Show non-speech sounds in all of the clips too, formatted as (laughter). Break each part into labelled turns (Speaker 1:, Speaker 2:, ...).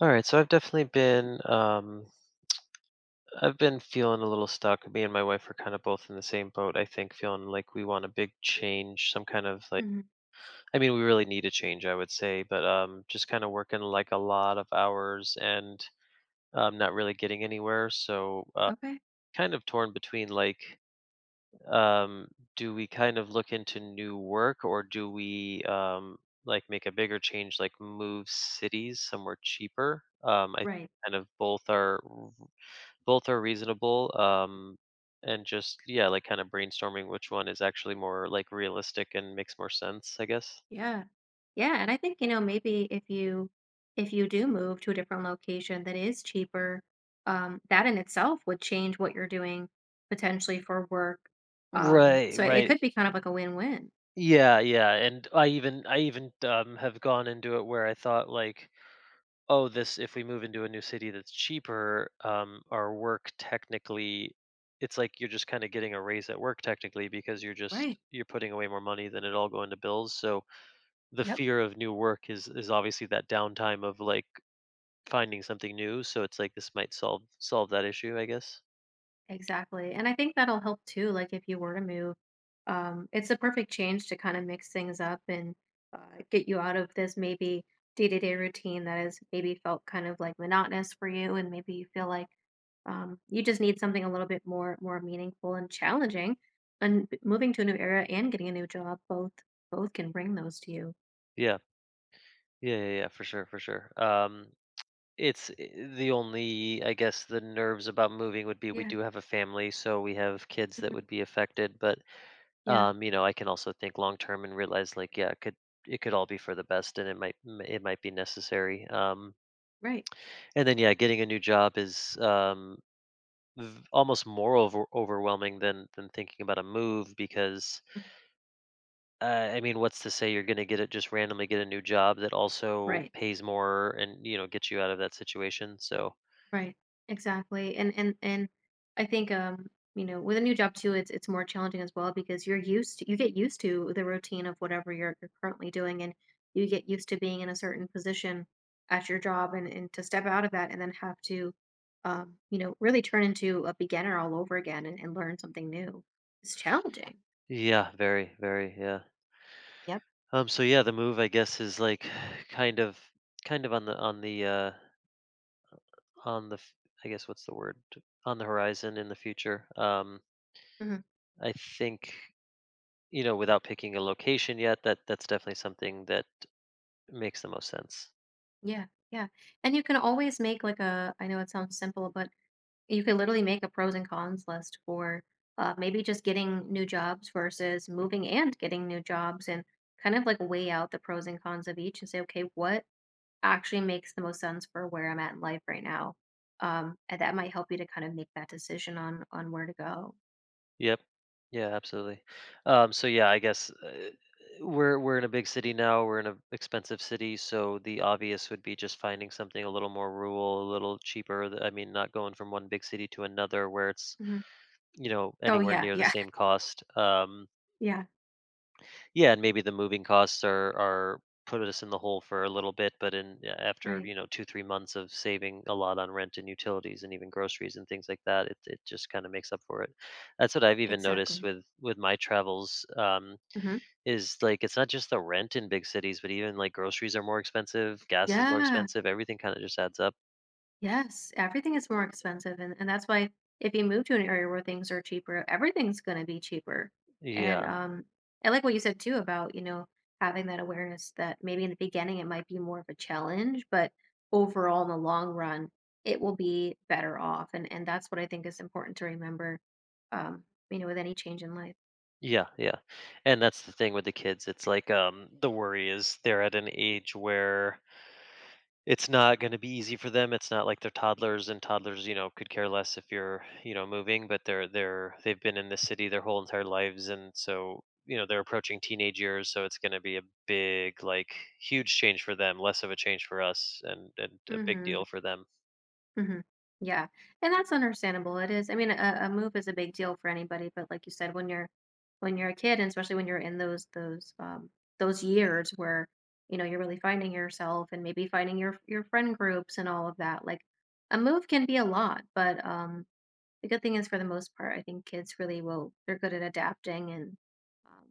Speaker 1: All right, so I've definitely been I've been feeling a little stuck. Me and my wife are kind of both in the same boat. I think feeling like we want a big change, some kind of like
Speaker 2: Hmm.
Speaker 1: I mean, we really need a change, I would say, but just kind of working like a lot of hours and not really getting anywhere. So,
Speaker 2: Okay.
Speaker 1: kind of torn between like um do we kind of look into new work or do we like make a bigger change like move cities somewhere cheaper? I
Speaker 2: Right.
Speaker 1: kind of both are reasonable, and just yeah, like kind of brainstorming which one is actually more like realistic and makes more sense, I guess.
Speaker 2: Yeah. Yeah. And I think, you know, maybe if you do move to a different location that is cheaper, that in itself would change what you're doing potentially for work. Um,
Speaker 1: Right,
Speaker 2: so it
Speaker 1: right.
Speaker 2: could be kind of like a win-win.
Speaker 1: Yeah, yeah. And I even have gone into it where I thought like, oh, this, if we move into a new city that's cheaper, our work technically, it's like you're just kind of getting a raise at work technically, because you're just
Speaker 2: Right.
Speaker 1: you're putting away more money than it all go into bills. So the
Speaker 2: Yep.
Speaker 1: fear of new work is obviously that downtime of like finding something new, so it's like this might solve that issue, I guess.
Speaker 2: Exactly, and I think that'll help too, like, if you were to move, it's a perfect change to kinda mix things up and, get you out of this maybe day-to-day routine that has maybe felt kind of, like, monotonous for you, and maybe you feel like, you just need something a little bit more meaningful and challenging, and b moving to a new area and getting a new job both can bring those to you.
Speaker 1: Yeah, yeah, yeah, yeah, for sure, for sure. It's the only, I guess, the nerves about moving would be, we
Speaker 2: Yeah,
Speaker 1: do have a family, so we have kids that
Speaker 2: mhm,
Speaker 1: would be affected. But
Speaker 2: yeah,
Speaker 1: you know, I can also think long term and realize like yeah, it could all be for the best, and it might it might be necessary.
Speaker 2: right,
Speaker 1: And then yeah, getting a new job is almost more overwhelming than thinking about a move, because
Speaker 2: mhm,
Speaker 1: I mean, what's to say you're gonna get it, just randomly get a new job that also
Speaker 2: right.
Speaker 1: pays more and, you know, gets you out of that situation. So
Speaker 2: Right. Exactly. And I think you know, with a new job too, it's more challenging as well because you're used to you get used to the routine of whatever you're currently doing and you get used to being in a certain position at your job and to step out of that and then have to you know, really turn into a beginner all over again and learn something new. It's challenging.
Speaker 1: yeah, very, very, yeah.
Speaker 2: Yep.
Speaker 1: So yeah, the move, I guess, is like (sighs) kind of kind of on the on the, on the f I guess, what's the word? On the horizon, in the future.
Speaker 2: Hmm.
Speaker 1: I think, you know, without picking a location yet, that that's definitely something that makes the most sense.
Speaker 2: Yeah. Yeah. And you can always make like a I know it sounds simple, but you could literally make a pros and cons list for maybe just getting new jobs versus moving and getting new jobs and kind of like weigh out the pros and cons of each and say, okay, what actually makes the most sense for where I'm at in life right now. And that might help you to kind of make that decision on where to go.
Speaker 1: Yep. Yeah, absolutely. So yeah, I guess, we're in a big city now. We're in an expensive city, so the obvious would be just finding something a little more rural, a little cheaper. I mean, not going from one big city to another where it's,
Speaker 2: Mhm.
Speaker 1: you know,
Speaker 2: Oh
Speaker 1: anywhere
Speaker 2: yeah,
Speaker 1: near the
Speaker 2: yeah,
Speaker 1: same
Speaker 2: (laughs)
Speaker 1: cost.
Speaker 2: yeah,
Speaker 1: Yeah, and maybe the moving costs are put us in the hole for a little bit, but in yeah, after
Speaker 2: right,
Speaker 1: you know two three months of saving a lot on rent and utilities and even groceries and things like that, it just kind of makes up for it. That's what I've even noticed
Speaker 2: exactly.
Speaker 1: with my travels.
Speaker 2: Hmm.
Speaker 1: Is like it's not just the rent in big cities, but even like groceries are more expensive, gas is more
Speaker 2: Yeah.
Speaker 1: expensive, everything kind of just adds up.
Speaker 2: Yes, everything is more expensive, and that's why if you move to an area where things are cheaper, everything's going to be cheaper. And
Speaker 1: Yeah.
Speaker 2: I like what you said too about you know having that awareness that maybe in the beginning it might be more of a challenge, but overall in the long run it will be better off. And that's what I think is important to remember. Um, you know, with any change in life.
Speaker 1: Yeah, yeah. And that's the thing with the kids. It's like the worry is they're at an age where it's not gonna be easy for them. It's not like they're toddlers and toddlers, you know, could care less if you're, you know, moving. But they've been in this city their whole entire lives, and so, you know, they're approaching teenage years, so it's gonna be a big, like, huge change for them, less of a change for us, and a big
Speaker 2: Hmm.
Speaker 1: deal for them.
Speaker 2: Hmm. Yeah. And that's understandable. It is. I mean, a move is a big deal for anybody, but like you said, when you're a kid, and especially when you're in those years where, you know, you're really finding yourself and maybe finding your friend groups and all of that, like a move can be a lot, but the good thing is for the most part, I think kids really will they're good at adapting and um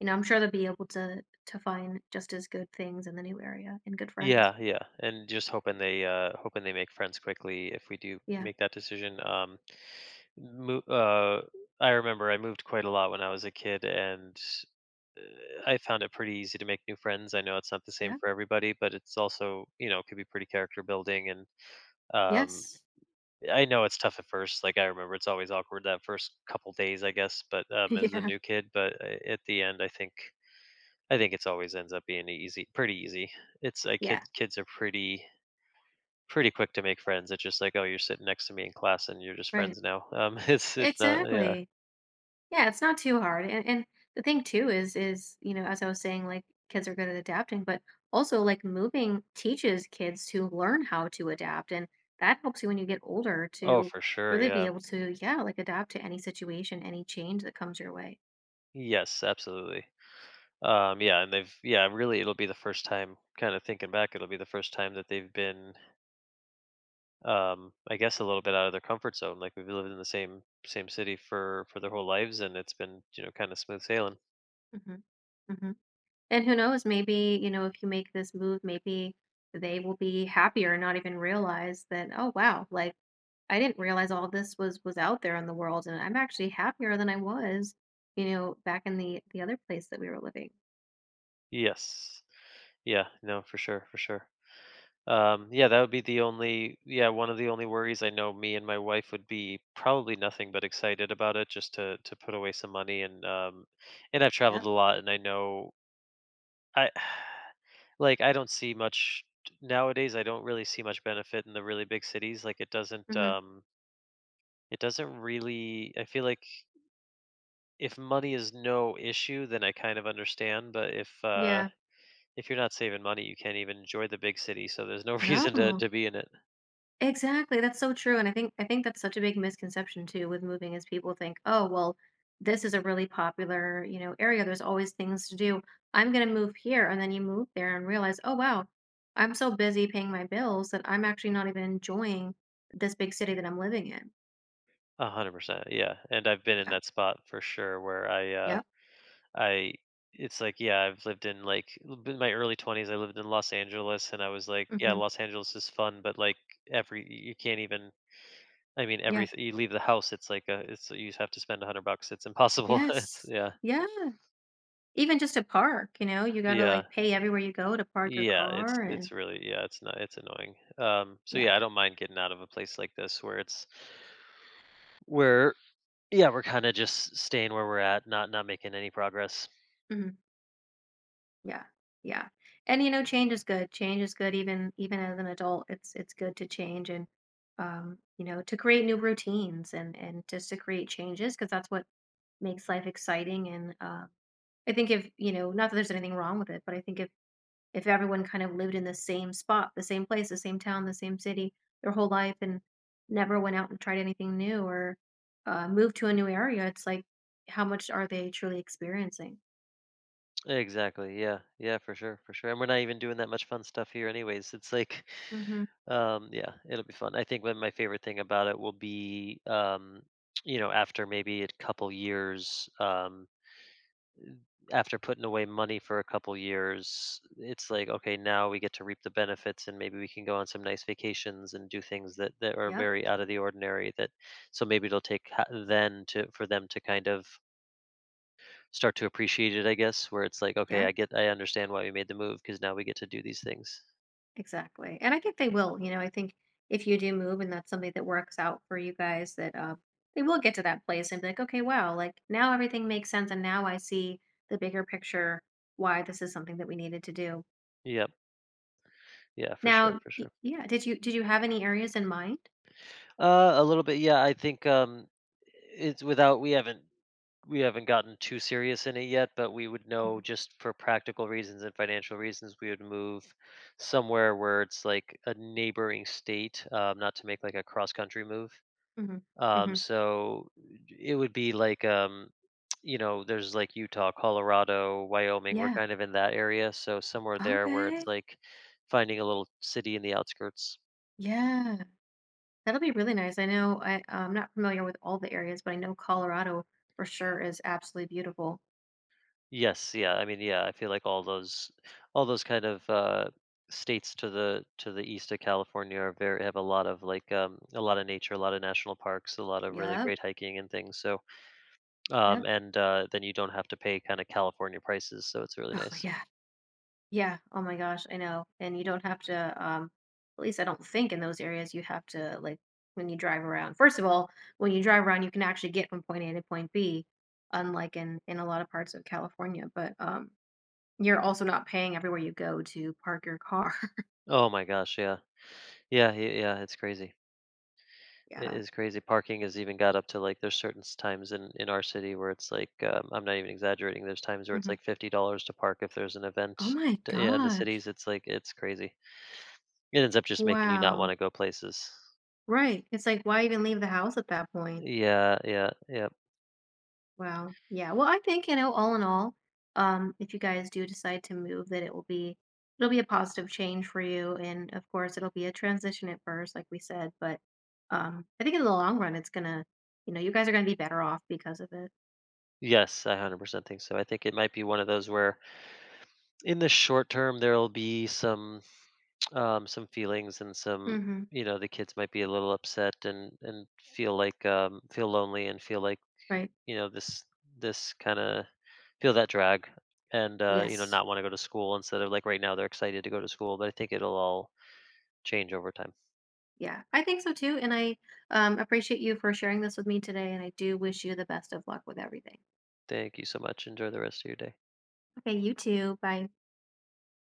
Speaker 2: you know, I'm sure they'll be able to find just as good things in the new area and good friends.
Speaker 1: Yeah, yeah, and just hoping they make friends quickly if we do
Speaker 2: Yeah.
Speaker 1: make that decision, mo I remember I moved quite a lot when I was a kid, and I found it pretty easy to make new friends. I know it's not the same
Speaker 2: Yeah.
Speaker 1: for everybody, but it's also, you know, could be pretty character building. And um,
Speaker 2: Yes.
Speaker 1: I know it's tough at first. Like I remember, it's always awkward that first couple days, I guess. But
Speaker 2: (laughs)
Speaker 1: as the
Speaker 2: Yeah.
Speaker 1: new kid, but at the end, I think it's always ends up being easy, pretty easy. It's like
Speaker 2: Yeah.
Speaker 1: kids are pretty pretty quick to make friends. It's just like, oh, you're sitting next to me in class, and you're just
Speaker 2: Right.
Speaker 1: friends now. (laughs) It's not, yeah.
Speaker 2: Exactly. Yeah, it's not too hard. And the thing too is, you know, as I was saying, like kids are good at adapting, but also like moving teaches kids to learn how to adapt. And that helps you when you get older
Speaker 1: Oh,
Speaker 2: to
Speaker 1: for sure,
Speaker 2: really be
Speaker 1: yeah.
Speaker 2: able to, yeah, like adapt to any situation, any change that comes your way.
Speaker 1: Yes, absolutely. Yeah, and they've yeah, really, it'll be the first time. Kind of thinking back, it'll be the first time that they've been, I guess, a little bit out of their comfort zone. Like we've lived in the same city for their whole lives, and it's been, you know, kind of smooth sailing.
Speaker 2: Hmm. Hmm. And who knows, maybe, you know, if you make this move, maybe they will be happier and not even realize that, oh wow, like I didn't realize all this was out there in the world and I'm actually happier than I was, you know, back in the other place that we were living.
Speaker 1: Yes, yeah, no, for sure, for sure. Yeah, that would be the only, yeah, one of the only worries. I know me and my wife would be probably nothing but excited about it, just to put away some money. And and I've traveled
Speaker 2: Yep.
Speaker 1: a lot, and I know I (sighs) like, I don't see much nowadays, I don't really see much benefit in the really big cities. Like,
Speaker 2: Hmm.
Speaker 1: it doesn't really, I feel like if money is no issue, then I kind of understand. But
Speaker 2: Yeah.
Speaker 1: if you're not saving money, you can't even enjoy the big city, so there's no (laughs) reason to
Speaker 2: No.
Speaker 1: to be in it.
Speaker 2: Exactly, that's so true, and I think that's such a big misconception too with moving is people think, "Oh, well, this is a really popular, you know, area. There's always things to do. I'm gonna move here." And then you move there and realize, "Oh, wow, I'm so busy paying my bills that I'm actually not even enjoying this big city that I'm living in."
Speaker 1: 100%, yeah, and I've been in
Speaker 2: Yeah.
Speaker 1: that spot for sure where
Speaker 2: Yep.
Speaker 1: I it's like, yeah, I've lived in like in my early 20s I lived in Los Angeles, and I was like, yeah,
Speaker 2: Hmm.
Speaker 1: Los Angeles is fun, but like every, you can't even, I mean
Speaker 2: Yeah.
Speaker 1: every you leave the house, it's like a, it's you have to spend a $100. It's impossible. (laughs) It's
Speaker 2: Yes.
Speaker 1: yeah.
Speaker 2: Yeah. Even just to park, you know, you gotta
Speaker 1: Yeah.
Speaker 2: like pay everywhere you go to park your
Speaker 1: Yeah,
Speaker 2: car and
Speaker 1: it's really, yeah, it's not, it's annoying. Um, so
Speaker 2: yeah.
Speaker 1: yeah, I don't mind getting out of a place like this where it's where yeah, we're kind of just staying where we're at, not not making any progress.
Speaker 2: Mhm. Yeah. Yeah. And you know, change is good. Change is good even even as an adult. It's good to change and you know, to create new routines and just to create changes because that's what makes life exciting and I think if, you know, not that there's anything wrong with it, but I think if everyone kind of lived in the same spot, the same place, the same town, the same city their whole life and never went out and tried anything new or moved to a new area, it's like how much are they truly experiencing?
Speaker 1: Exactly. Yeah. Yeah, for sure. For sure. And we're not even doing that much fun stuff here anyways. It's like
Speaker 2: Mhm.
Speaker 1: (laughs) yeah, it'll be fun. I think one of my favorite thing about it will be (tsk) you know, after maybe a couple years after putting away money for a couple years, it's like okay, now we get to reap the benefits and maybe we can go on some nice vacations and do things that that are
Speaker 2: Yep.
Speaker 1: very out of the ordinary that, so maybe it'll take then to for them to kind of start to appreciate it, I guess, where it's like, "Okay,
Speaker 2: Yeah.
Speaker 1: I get, I understand why we made the move because now we get to do these things."
Speaker 2: Exactly. And I think they will, you know, I think if you do move and that's something that works out for you guys that they will get to that place and be like, okay, wow, like now everything makes sense and now I see the bigger picture why this is something that we needed to do.
Speaker 1: Yep. Yeah, for sure,
Speaker 2: Now,
Speaker 1: for sure.
Speaker 2: yeah, did you have any areas in mind?
Speaker 1: A little bit, yeah, I think, it's, without, we haven't gotten too serious in it yet, but we would know just for practical reasons and financial reasons, we would move somewhere where it's like a neighboring state, not to make like a cross country move.
Speaker 2: Mm-hmm. Hmm.
Speaker 1: So it would be like, you know, there's like Utah, Colorado, Wyoming. We're
Speaker 2: Yeah.
Speaker 1: kind of in that area, so somewhere there where
Speaker 2: Okay.
Speaker 1: it's like finding a little city in the outskirts.
Speaker 2: Yeah. That'll be really nice. I know I, I'm not familiar with all the areas, but I know Colorado for sure is absolutely beautiful.
Speaker 1: Yes, yeah. I mean, yeah. I feel like all those kind of states to the east of California are very, have a lot of like a lot of nature, a lot of national parks, a lot of really
Speaker 2: Yep.
Speaker 1: great hiking and things. So,
Speaker 2: Yep.
Speaker 1: and then you don't have to pay kind of California prices, so it's really
Speaker 2: Oh
Speaker 1: nice.
Speaker 2: yeah. Yeah. Oh my gosh, I know. And you don't have to, at least I don't think in those areas you have to like when you drive around. First of all, when you drive around, you can actually get from point A to point B, unlike in a lot of parts of California. But you're also not paying everywhere you go to park your car. (laughs)
Speaker 1: Oh my gosh, yeah. Yeah, y yeah, it's crazy. It
Speaker 2: yeah.
Speaker 1: is crazy. Parking has even got up to, like, there's certain s times in our city where it's like, I'm not even exaggerating, there's times where it's
Speaker 2: Hmm.
Speaker 1: like $50 to park if there's an
Speaker 2: Oh
Speaker 1: event.
Speaker 2: my
Speaker 1: D Yeah, in the
Speaker 2: gosh.
Speaker 1: cities, it's like it's crazy. It ends up just making you not
Speaker 2: Wow.
Speaker 1: wanna go places.
Speaker 2: Right. It's like why even leave the house at that point?
Speaker 1: Yeah, yeah, yeah.
Speaker 2: Wow. Yeah. Well, I think, you know, all in all, if you guys do decide to move, that it will be it'll be a positive change for you. And of course it'll be a transition at first, like we said, but I think in the long run it's gonna, you know, you guys are gonna be better off because of it.
Speaker 1: Yes, I 100% think so. I think it might be one of those where in the short term, there'll be some, (tsk) some feelings and some,
Speaker 2: Mm-hmm.
Speaker 1: you know, the kids might be a little upset and feel like, um, feel lonely and feel like,
Speaker 2: Right.
Speaker 1: you know, this kind of feel that drag. And you know,
Speaker 2: Yes.
Speaker 1: not want to go to school instead of like right now they're excited to go to school, but I think it'll all change over time.
Speaker 2: Yeah. I think so too. And I appreciate you for sharing this with me today and I do wish you the best of luck with everything.
Speaker 1: Thank you so much, enjoy the rest of your day.
Speaker 2: Okay, you too. Bye.